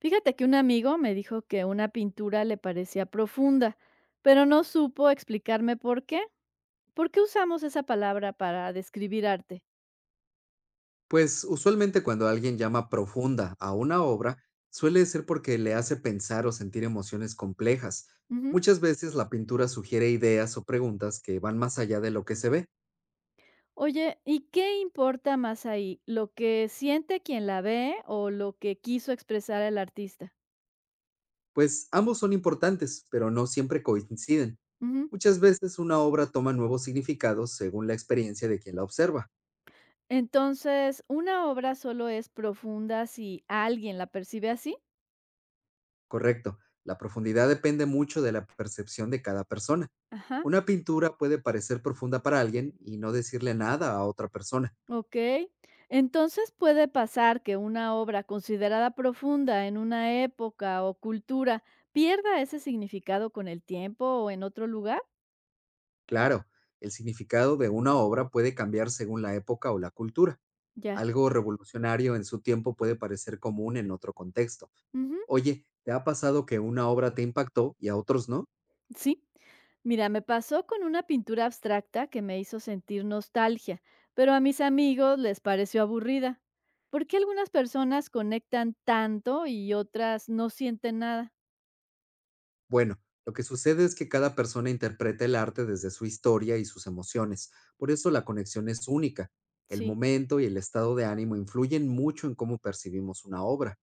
Fíjate que un amigo me dijo que una pintura le parecía profunda, pero no supo explicarme por qué. ¿Por qué usamos esa palabra para describir arte? Pues usualmente cuando alguien llama profunda a una obra, suele ser porque le hace pensar o sentir emociones complejas. Ujú. Muchas veces la pintura sugiere ideas o preguntas que van más allá de lo que se ve, Oye, ¿y qué importa más ahí? ¿Lo que siente quien la ve o lo que quiso expresar el artista? pues ambos son importantes, pero no siempre coinciden. Ujú. Muchas veces una obra toma nuevos significados según la experiencia de quien la observa. Entonces, ¿una obra solo es profunda si alguien la percibe así? Correcto, la profundidad depende mucho de la percepción de cada persona. Ajá. Una pintura puede parecer profunda para alguien y no decirle nada a otra persona. Ok, entonces puede pasar que una obra considerada profunda en una época o cultura pierda ese significado con el tiempo o en otro lugar. Claro, el significado de una obra puede cambiar según la época o la cultura. Ya, Algo revolucionario en su tiempo puede parecer común en otro contexto. ujú, Oye, ¿te ha pasado que una obra te impactó y a otros no? sí. Mira, me pasó con una pintura abstracta que me hizo sentir nostalgia, pero a mis amigos les pareció aburrida. ¿Por qué algunas personas conectan tanto y otras no sienten nada? Bueno, lo que sucede es que cada persona interpreta el arte desde su historia y sus emociones. Por eso la conexión es única. El Sí. momento y el estado de ánimo influyen mucho en cómo percibimos una obra.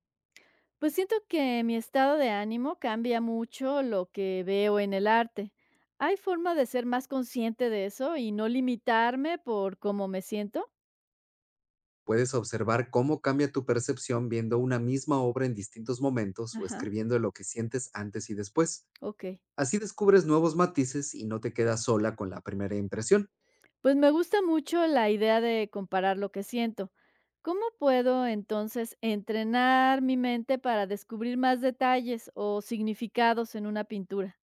Pues siento que mi estado de ánimo cambia mucho lo que veo en el arte. ¿Hay forma de ser más consciente de eso y no limitarme por cómo me siento? Puedes observar cómo cambia tu percepción viendo una misma obra en distintos momentos o Ajá, escribiendo lo que sientes antes y después. ok. Así descubres nuevos matices y no te quedas sola con la primera impresión. Pues me gusta mucho la idea de comparar lo que siento. ¿Cómo puedo entonces entrenar mi mente para descubrir más detalles o significados en una pintura?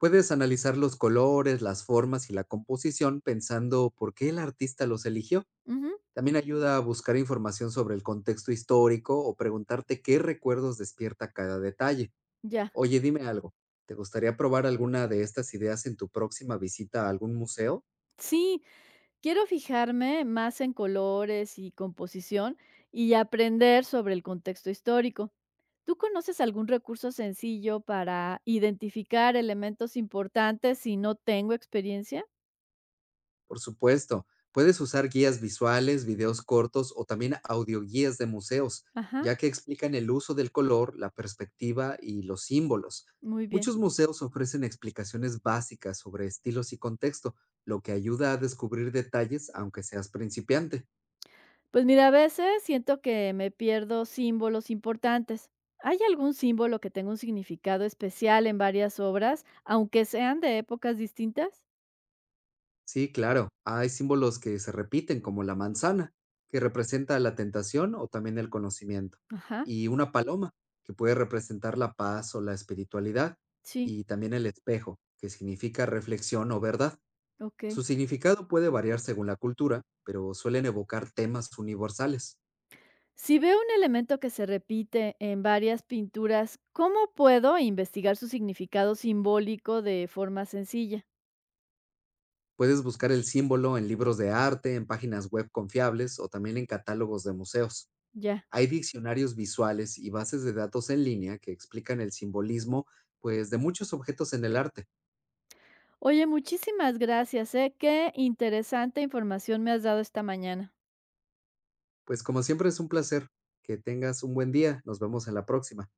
Puedes analizar los colores, las formas y la composición pensando por qué el artista los eligió. Ujú, También ayuda a buscar información sobre el contexto histórico o preguntarte qué recuerdos despierta cada detalle. ya. Oye, dime algo. ¿Te gustaría probar alguna de estas ideas en tu próxima visita a algún museo? Sí, quiero fijarme más en colores y composición y aprender sobre el contexto histórico. ¿Tú conoces algún recurso sencillo para identificar elementos importantes si no tengo experiencia? Por supuesto, puedes usar guías visuales, videos cortos o también audioguías de museos, Ajá, ya que explican el uso del color, la perspectiva y los símbolos. muy bien. Muchos museos ofrecen explicaciones básicas sobre estilos y contexto, lo que ayuda a descubrir detalles aunque seas principiante. Pues mira, a veces siento que me pierdo símbolos importantes. ¿Hay algún símbolo que tenga un significado especial en varias obras, aunque sean de épocas distintas? Sí, claro. Hay símbolos que se repiten, como la manzana, que representa la tentación o también el conocimiento, Ajá, y una paloma, que puede representar la paz o la espiritualidad, sí, y también el espejo, que significa reflexión o verdad. ok. Su significado puede variar según la cultura, pero suelen evocar temas universales. Si veo un elemento que se repite en varias pinturas, ¿cómo puedo investigar su significado simbólico de forma sencilla? Puedes buscar el símbolo en libros de arte, en páginas web confiables o también en catálogos de museos. Ya. Hay diccionarios visuales y bases de datos en línea que explican el simbolismo, de muchos objetos en el arte. Oye, muchísimas gracias, ¿eh? Qué interesante información me has dado esta mañana. Pues como siempre es un placer. Que tengas un buen día. Nos vemos en la próxima.